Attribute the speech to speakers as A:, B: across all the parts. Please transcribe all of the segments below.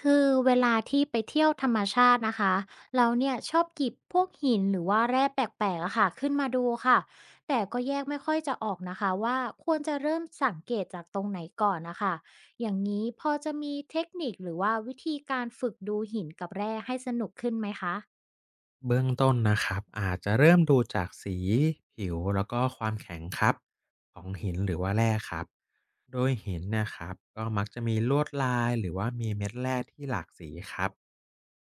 A: คือเวลาที่ไปเที่ยวธรรมชาตินะคะเราเนี่ยชอบหยิบพวกหินหรือว่าแร่แปลกๆอะค่ะขึ้นมาดูค่ะแต่ก็แยกไม่ค่อยจะออกนะคะว่าควรจะเริ่มสังเกตจากตรงไหนก่อนนะคะอย่างนี้พอจะมีเทคนิคหรือว่าวิธีการฝึกดูหินกับแร่ให้สนุกขึ้นไหมคะ
B: เบื้องต้นนะครับอาจจะเริ่มดูจากสีผิวแล้วก็ความแข็งครับของหินหรือว่าแร่ครับโดยหินเนะครับก็มักจะมีลวดลายหรือว่ามีเม็ดแร่ที่หลากสีครับ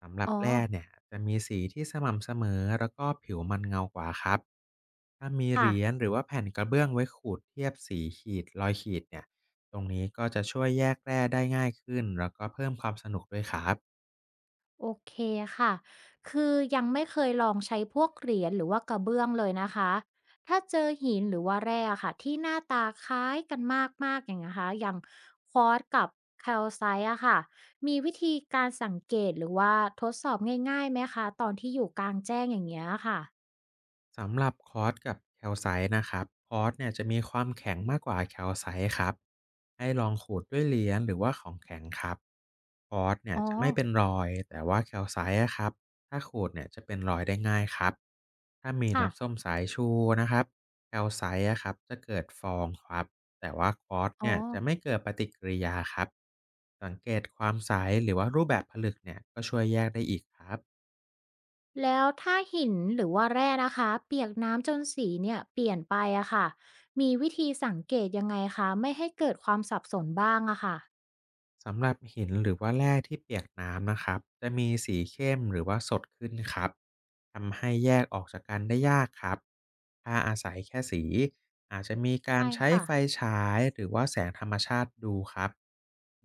B: สำหรับ
A: อ๋อ
B: แร่เนี่ยจะมีสีที่สม่ำเสมอแล้วก็ผิวมันเงากว่าครับถ้ามีเห
A: ค่ะ
B: รียญหรือว่าแผ่นกระเบื้องไว้ขูดเทียบสีขีดรอยขีดเนี่ยตรงนี้ก็จะช่วยแยกแร่ได้ง่ายขึ้นแล้วก็เพิ่มความสนุกด้วยครับ
A: โอเคค่ะ คือยังไม่เคยลองใช้พวกเหรียญหรือว่ากระเบื้องเลยนะคะ ถ้าเจอหินหรือว่าแร่ค่ะที่หน้าตาคล้ายกันมากๆอย่างนะคะอย่างควอตซ์กับแคลไซต์อะค่ะมีวิธีการสังเกตหรือว่าทดสอบง่ายๆไหมคะตอนที่อยู่กลางแจ้งอย่างเงี้ยค่ะ
B: สำหรับคอร์สกับแคลไซต์นะครับคอร์สเนี่ยจะมีความแข็งมากกว่าแคลไซต์ครับให้ลองขูดด้วยเหรียญหรือว่าของแข็งครับคอร์สเนี่ย
A: อ๋อ
B: จะไม่เป็นรอยแต่ว่าแคลไซต์อะครับถ้าขูดเนี่ยจะเป็นรอยได้ง่ายครับถ้ามี
A: ค่ะ
B: น้ำส้มสายชูนะครับแคลไซต์อะครับจะเกิดฟองครับแต่ว่าคอร์ส
A: อ๋อ
B: เนี่ยจะไม่เกิดปฏิกิริยาครับสังเกตความใสหรือว่ารูปแบบผลึกเนี่ยก็ช่วยแยกได้อีกครับ
A: แล้วถ้าหินหรือว่าแร่นะคะเปียกน้ำจนสีเนี่ยเปลี่ยนไปอะค่ะมีวิธีสังเกตยังไงคะไม่ให้เกิดความสับสนบ้างอะค่ะ
B: สำหรับหินหรือว่าแร่ที่เปียกน้ำนะครับจะมีสีเข้มหรือว่าสดขึ้นครับทำให้แยกออกจากกันได้ยากครับถ้าอาศัยแค่สีอาจจะมีการ
A: ใช่
B: ใช้
A: ค่ะ
B: ไฟฉายหรือว่าแสงธรรมชาติดูครับ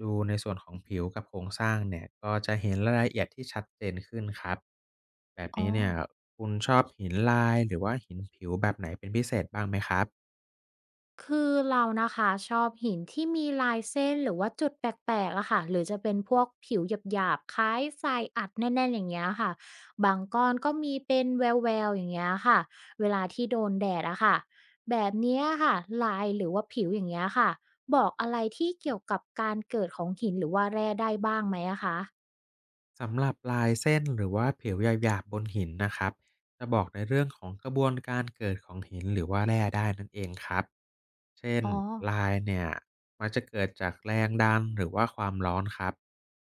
B: ดูในส่วนของผิวกับโครงสร้างเนี่ยก็จะเห็นรายละเอียดที่ชัดเจนขึ้นครับแบบ
A: อ๋อ
B: นี้เนี่ยคุณชอบหินลายหรือว่าหินผิวแบบไหนเป็นพิเศษบ้างไหมครับ
A: คือเรานะคะชอบหินที่มีลายเส้นหรือว่าจุดแปลกๆอะค่ะหรือจะเป็นพวกผิวหยาบๆคล้ายทรายอัดแน่นๆอย่างเงี้ยค่ะบางก้อนก็มีเป็นแววๆอย่างเงี้ยค่ะเวลาที่โดนแดดอะค่ะแบบเนี้ยค่ะลายหรือว่าผิวอย่างเงี้ยค่ะบอกอะไรที่เกี่ยวกับการเกิดของหินหรือว่าแร่ได้บ้างไหมอะคะ
B: สำหรับลายเส้นหรือว่าผิวหยาบๆบนหินนะครับจะบอกในเรื่องของกระบวนการเกิดของหินหรือว่าแร่ได้นั่นเองครับเช่น
A: อ๋อ
B: ลายเนี่ยมักจะเกิดจากแรงดันหรือว่าความร้อนครับ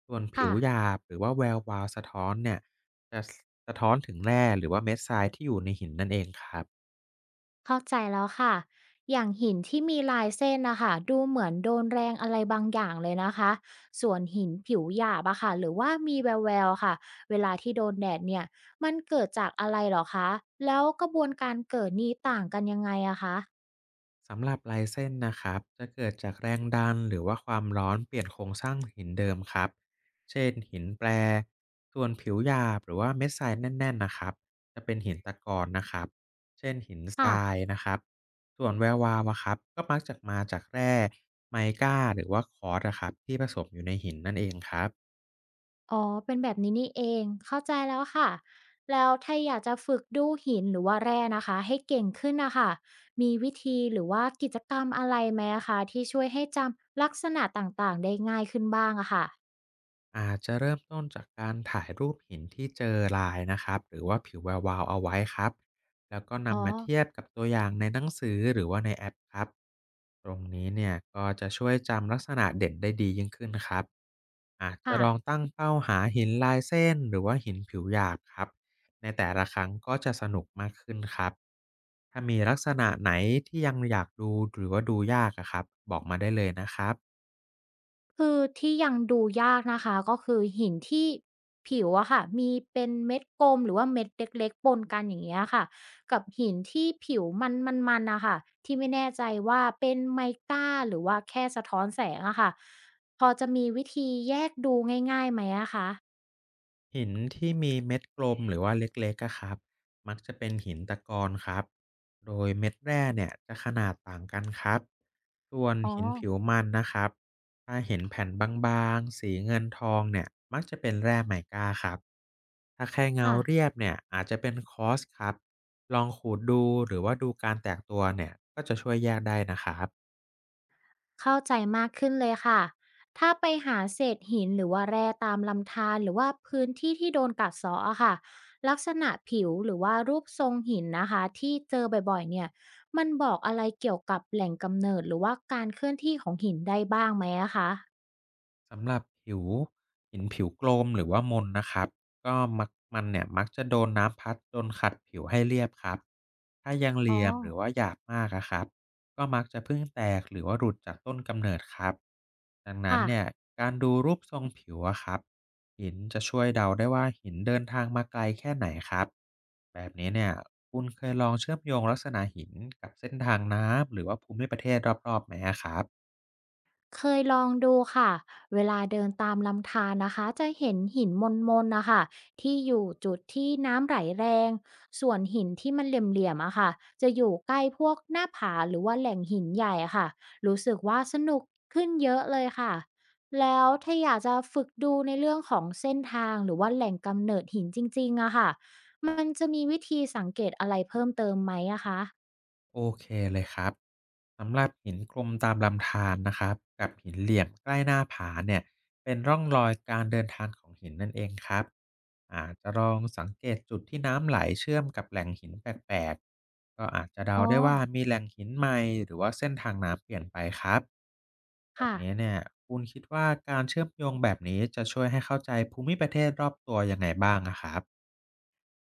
B: ส่วนผิ
A: ค่ะ
B: วหยาบหรือว่าแวววาวสะท้อนเนี่ยจะสะท้อนถึงแร่หรือว่าเม็ดทรายที่อยู่ในหินนั่นเองครับ
A: เข้าใจแล้วค่ะ อย่างหินที่มีลายเส้นนะคะ ดูเหมือนโดนแรงอะไรบางอย่างเลยนะคะ ส่วนหินผิวหยาบอะค่ะ หรือว่ามีแววๆค่ะ เวลาที่โดนแดดเนี่ย มันเกิดจากอะไรเหรอคะ แล้วกระบวนการเกิดนี้ต่างกันยังไงอะคะ
B: สำหรับลายเส้นนะครับจะเกิดจากแรงดันหรือว่าความร้อนเปลี่ยนโครงสร้างหินเดิมครับเช่นหินแปรส่วนผิวหยาบหรือว่าเม็ดทรายแน่นๆนะครับจะเป็นหินตะกอนนะครับเช่นหินท
A: ค่ะ
B: รายนะครับส่วนแวววาวอะครับก็มักจะมาจากแร่ไมก้าหรือว่าคอร์สอะครับที่ผสมอยู่ในหินนั่นเองครับ
A: อ๋อ เป็นแบบนี้นี่เอง เข้าใจแล้วค่ะ แล้วถ้าอยากจะฝึกดูหินหรือว่าแร่นะคะให้เก่งขึ้นนะคะมีวิธีหรือว่ากิจกรรมอะไรไหมอะคะที่ช่วยให้จำลักษณะต่างๆได้ง่ายขึ้นบ้างอะค่ะ
B: อาจจะเริ่มต้นจากการถ่ายรูปหินที่เจอลายนะครับหรือว่าผิวแวววาวเอาไว้ครับแล้วก็
A: อ๋อ
B: นำมาเทียบกับตัวอย่างในหนังสือหรือว่าในแอปครับตรงนี้เนี่ยก็จะช่วยจำลักษณะเด่นได้ดียิ่งขึ้นครับอาจจะ
A: ค่ะ
B: ลองตั้งเป้าหาหินลายเส้นหรือว่าหินผิวหยาบครับในแต่ละครั้งก็จะสนุกมากขึ้นครับถ้ามีลักษณะไหนที่ยังอยากดูหรือว่าดูยากอะครับบอกมาได้เลยนะครับ
A: คือที่ยังดูยากนะคะก็คือหินที่ผิวอะค่ะมีเป็นเม็ดกลมหรือว่าเม็ดเล็กๆปนกันอย่างเงี้ยค่ะกับหินที่ผิวมันมันๆน่ะค่ะที่ไม่แน่ใจว่าเป็นไมกาหรือว่าแค่สะท้อนแสงอะค่ะพอจะมีวิธีแยกดูง่ายๆไหมอะคะ
B: หินที่มีเม็ดกลมหรือว่าเล็กๆอะครับมักจะเป็นหินตะกอนครับโดยเม็ดแร่เนี่ยจะขนาดต่างกันครับส่วน
A: อ๋อ
B: หินผิวมันนะครับถ้าเห็นแผ่นบางๆสีเงินทองเนี่ยมักจะเป็นแร่ไมก้าครับถ้าแค่เงา
A: ค่ะ
B: เรียบเนี่ยอาจจะเป็นคอสครับลองขูดดูหรือว่าดูการแตกตัวเนี่ยก็จะช่วยแยกได้นะครับ
A: เข้าใจมากขึ้นเลยค่ะ ถ้าไปหาเศษหินหรือว่าแร่ตามลำธารหรือว่าพื้นที่ที่โดนกัดเซาะอะค่ะลักษณะผิวหรือว่ารูปทรงหินนะคะที่เจอบ่อยๆเนี่ยมันบอกอะไรเกี่ยวกับแหล่งกำเนิดหรือว่าการเคลื่อนที่ของหินได้บ้างไหมอะคะ
B: สำหรับผิวหินผิวโกลมหรือว่ามนนะครับก็มักมันเนี่ยมักจะโดนน้ำพัดจนขัดผิวให้เรียบครับถ้ายังเห
A: อ๋อ
B: ลี่ยมหรือว่าหยาบมากอะครับก็มักจะเพิ่งแตกหรือว่าหลุดจากต้นกำเนิดครับดังนั้น
A: ค่ะ
B: เนี่ยการดูรูปทรงผิวอะครับหินจะช่วยเดาได้ว่าหินเดินทางมาไกลแค่ไหนครับแบบนี้เนี่ยคุณเคยลองเชื่อมโยงลักษณะหินกับเส้นทางน้ำหรือว่าภูมิประเทศรอบๆไหมอะครับ
A: เคยลองดูค่ะเวลาเดินตามลำธารนะคะจะเห็นหินมนๆนะคะที่อยู่จุดที่น้ำไหลแรงส่วนหินที่มันเหลี่ยมๆอะค่ะจะอยู่ใกล้พวกหน้าผาหรือว่าแหล่งหินใหญ่อะค่ะรู้สึกว่าสนุกขึ้นเยอะเลยค่ะแล้วถ้าอยากจะฝึกดูในเรื่องของเส้นทางหรือว่าแหล่งกำเนิดหินจริงๆอะค่ะมันจะมีวิธีสังเกตอะไรเพิ่มเติมไหมอะคะ
B: โอเคเลยครับสำหรับหินกลมตามลำธารนะครับกับหินเหลี่ยมใกล้หน้าผาเนี่ยเป็นร่องรอยการเดินทางของหินนั่นเองครับอาจจะลองสังเกตจุดที่น้ำไหลเชื่อมกับแหล่งหินแปลกๆก็อาจจะเดา
A: อ๋อ
B: ได้ว่ามีแหล่งหินใหม่หรือว่าเส้นทางน้ำเปลี่ยนไปครับแบบ
A: ค่ะ
B: นี้เนี่ยคุณคิดว่าการเชื่อมโยงแบบนี้จะช่วยให้เข้าใจภูมิประเทศรอบตัวยังไงบ้างอะครับ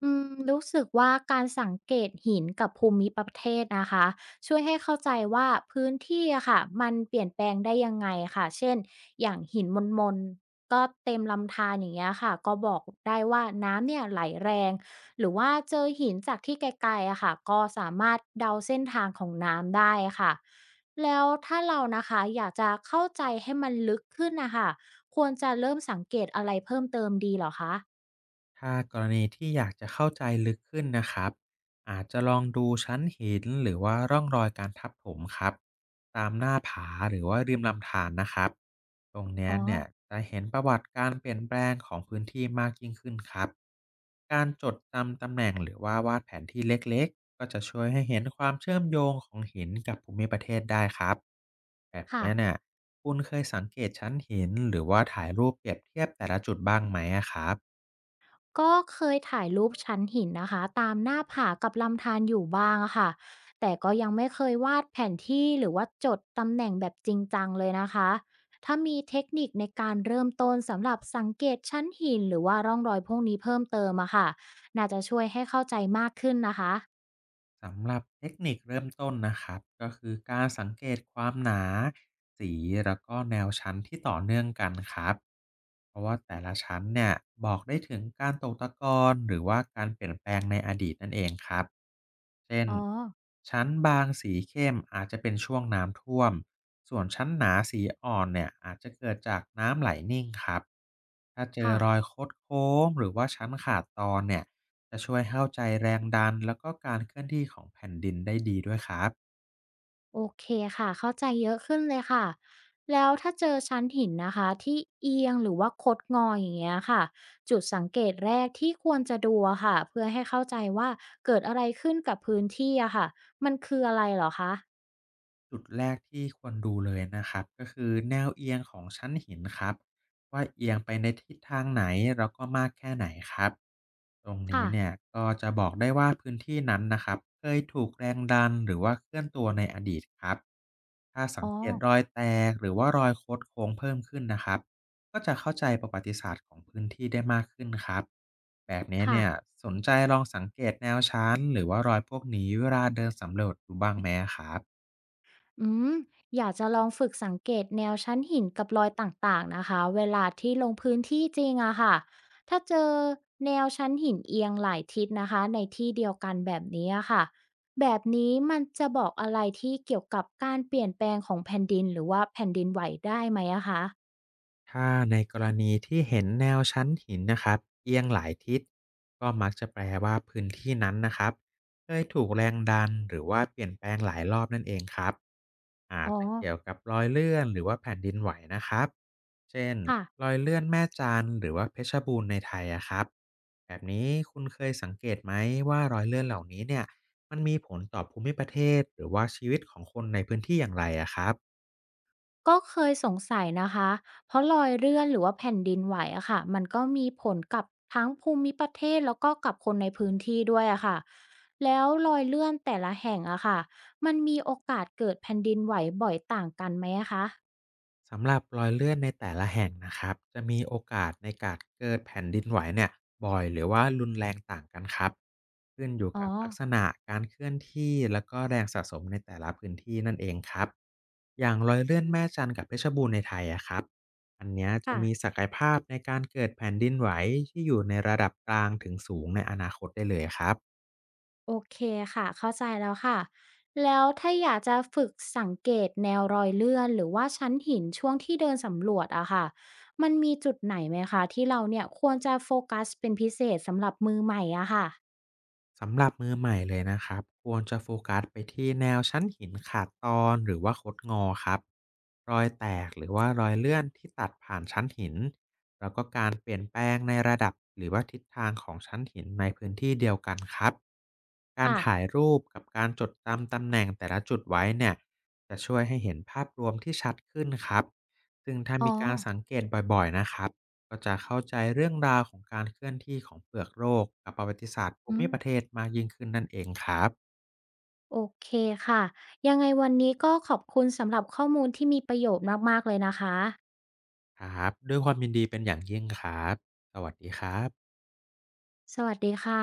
A: รู้สึกว่าการสังเกตหินกับภูมิประเทศนะคะช่วยให้เข้าใจว่าพื้นที่อะค่ะมันเปลี่ยนแปลงได้ยังไงค่ะเช่นอย่างหินมนๆก็เต็มลำธารอย่างเงี้ยค่ะก็บอกได้ว่าน้ำเนี่ยไหลแรงหรือว่าเจอหินจากที่ไกลๆอะค่ะก็สามารถเดาเส้นทางของน้ำได้ค่ะแล้วถ้าเรานะคะอยากจะเข้าใจให้มันลึกขึ้นนะคะควรจะเริ่มสังเกตอะไรเพิ่มเติมดีเหรอคะ
B: ถ้ากรณีที่อยากจะเข้าใจลึกขึ้นนะครับอาจจะลองดูชั้นหินหรือว่าร่องรอยการทับถมครับตามหน้าผาหรือว่าริมลำธารนะครับตรงเนี้ย
A: อ๋อ
B: เนี่ยจะเห็นประวัติการเปลี่ยนแปลงของพื้นที่มากยิ่งขึ้นครับการจดจำตำแหน่งหรือว่าวาดแผนที่เล็กๆก็จะช่วยให้เห็นความเชื่อมโยงของหินกับภูมิประเทศได้ครับแบบ
A: ค่ะ
B: เนี้ยเนี่ยคุณเคยสังเกตชั้นหินหรือว่าถ่ายรูปเปรียบเทียบแต่ละจุดบ้างไหมอะครับ
A: ก็เคยถ่ายรูปชั้นหินนะคะตามหน้าผากับลำธารอยู่บ้างอะค่ะแต่ก็ยังไม่เคยวาดแผนที่หรือว่าจดตำแหน่งแบบจริงจังเลยนะคะถ้ามีเทคนิคในการเริ่มต้นสำหรับสังเกตชั้นหินหรือว่าร่องรอยพวกนี้เพิ่มเติมอะค่ะน่าจะช่วยให้เข้าใจมากขึ้นนะคะ
B: สำหรับเทคนิคเริ่มต้นนะครับก็คือการสังเกตความหนาสีแล้วก็แนวชั้นที่ต่อเนื่องกันครับเพราะว่าแต่ละชั้นเนี่ยบอกได้ถึงการตกตะกอนหรือว่าการเปลี่ยนแปลงในอดีตนั่นเองครับเช่น
A: อ๋อ
B: ชั้นบางสีเข้มอาจจะเป็นช่วงน้ำท่วมส่วนชั้นหนาสีอ่อนเนี่ยอาจจะเกิดจากน้ำไหลนิ่งครับถ้าเจอ
A: ค่ะ
B: รอยคดโค้งหรือว่าชั้นขาดตอนเนี่ย จะช่วยเข้าใจแรงดันแล้วก็การเคลื่อนที่ของแผ่นดินได้ดีด้วยครับ
A: โอเคค่ะ เข้าใจเยอะขึ้นเลยค่ะ แล้วถ้าเจอชั้นหินนะคะที่เอียงหรือว่าคดงออย่างเงี้ยค่ะจุดสังเกตแรกที่ควรจะดูอะค่ะเพื่อให้เข้าใจว่าเกิดอะไรขึ้นกับพื้นที่อะค่ะมันคืออะไรเหรอคะ
B: จุดแรกที่ควรดูเลยนะครับก็คือแนวเอียงของชั้นหินครับว่าเอียงไปในทิศทางไหนแล้วก็มากแค่ไหนครับตรงนี้
A: ค่ะ
B: เนี่ยก็จะบอกได้ว่าพื้นที่นั้นนะครับเคยถูกแรงดันหรือว่าเคลื่อนตัวในอดีตครับถ้าสั
A: อ๋
B: ง
A: อ
B: เกตรอยแตกหรือว่ารอยคดโค้งเพิ่มขึ้นนะครับก็จะเข้าใจประวัติศาสตร์ของพื้นที่ได้มากขึ้นครับแบบนี้
A: ค่ะ
B: เนี่ย ลองสังเกตแนวชั้นหรือว่ารอยพวกนี้เวลาเดินสำรวจดูบ้างไหมอะครับ
A: อืมอยากจะลองฝึกสังเกตแนวชั้นหินกับรอยต่างๆนะคะเวลาที่ลงพื้นที่จริงอะค่ะถ้าเจอแนวชั้นหินเอียงหลายทิศนะคะในที่เดียวกันแบบนี้อะค่ะแบบนี้มันจะบอกอะไรที่เกี่ยวกับการเปลี่ยนแปลงของแผ่นดินหรือว่าแผ่นดินไหวได้ไหมอะคะ
B: ถ้าในกรณีที่เห็นแนวชั้นหินนะครับเอียงหลายทิศก็มักจะแปลว่าพื้นที่นั้นนะครับเคยถูกแรงดันหรือว่าเปลี่ยนแปลงหลายรอบนั่นเองครับอา
A: อ๋
B: จ
A: อ
B: จะเกี่ยวกับรอยเลื่อนหรือว่าแผ่นดินไหวนะครับเช่น
A: ค่ะ
B: รอยเลื่อนแม่จานหรือว่าเพชรบูรณ์ในไทยอะครับแบบนี้คุณเคยสังเกตไหมว่ารอยเลื่อนเหล่านี้เนี่ยมันมีผลต่อภูมิประเทศหรือว่าชีวิตของคนในพื้นที่อย่างไรอะครับ
A: ก็เคยสงสัยนะคะ เพราะรอยเลื่อนหรือว่าแผ่นดินไหวอะค่ะ มันก็มีผลกับทั้งภูมิประเทศแล้วก็กับคนในพื้นที่ด้วยอะค่ะ แล้วรอยเลื่อนแต่ละแห่งอะค่ะ มันมีโอกาสเกิดแผ่นดินไหวบ่อยต่างกันไหมอะคะ
B: สำหรับรอยเลื่อนในแต่ละแห่งนะครับจะมีโอกาสในการเกิดแผ่นดินไหวเนี่ยบ่อยหรือว่ารุนแรงต่างกันครับขึ้นอยู่
A: อ๋อ
B: กับลักษณะการเคลื่อนที่แล้วก็แรงสะสมในแต่ละพื้นที่นั่นเองครับอย่างรอยเลื่อนแม่จันทร์กับเพชรบูรณ์ในไทยอะครับอันเนี้ยจะ
A: ค่ะ
B: มีศักยภาพในการเกิดแผ่นดินไหวที่อยู่ในระดับกลางถึงสูงในอนาคตได้เลยครับ
A: โอเคค่ะเข้าใจแล้วค่ะแล้วถ้าอยากจะฝึกสังเกตแนวรอยเลื่อนหรือว่าชั้นหินช่วงที่เดินสำรวจอะค่ะมันมีจุดไหนไหมคะที่เราเนี่ยควรจะโฟกัสเป็นพิเศษสำหรับมือใหม่อะค่ะ
B: สำหรับมือใหม่เลยนะครับควรจะโฟกัสไปที่แนวชั้นหินขาดตอนหรือว่าคดงอครับรอยแตกหรือว่ารอยเลื่อนที่ตัดผ่านชั้นหินแล้วก็การเปลี่ยนแปลงในระดับหรือว่าทิศทางของชั้นหินในพื้นที่เดียวกันครับการ
A: ค่ะ
B: ถ่ายรูปกับการจดจำตำแหน่งแต่ละจุดไว้เนี่ยจะช่วยให้เห็นภาพรวมที่ชัดขึ้นครับซึ่งถ้า
A: อ๋อ
B: มีการสังเกตบ่อยๆนะครับ ก็จะเข้าใจเรื่องราวของการเคลื่อนที่ของเปลือกโลกกับประวัติศาสตร์ภู
A: อื
B: มิประเท
A: ม
B: ศมากยิ่งขึ้นนั่นเองครับ
A: โอเคค่ะยังไงวันนี้ก็ขอบคุณสำหรับข้อมูลที่มีประโยชน์มากๆเลยนะคะ
B: ครับด้วยความยินดีเป็นอย่างยิ่งครับสวัสดีครับ
A: สวัสดีค่ะ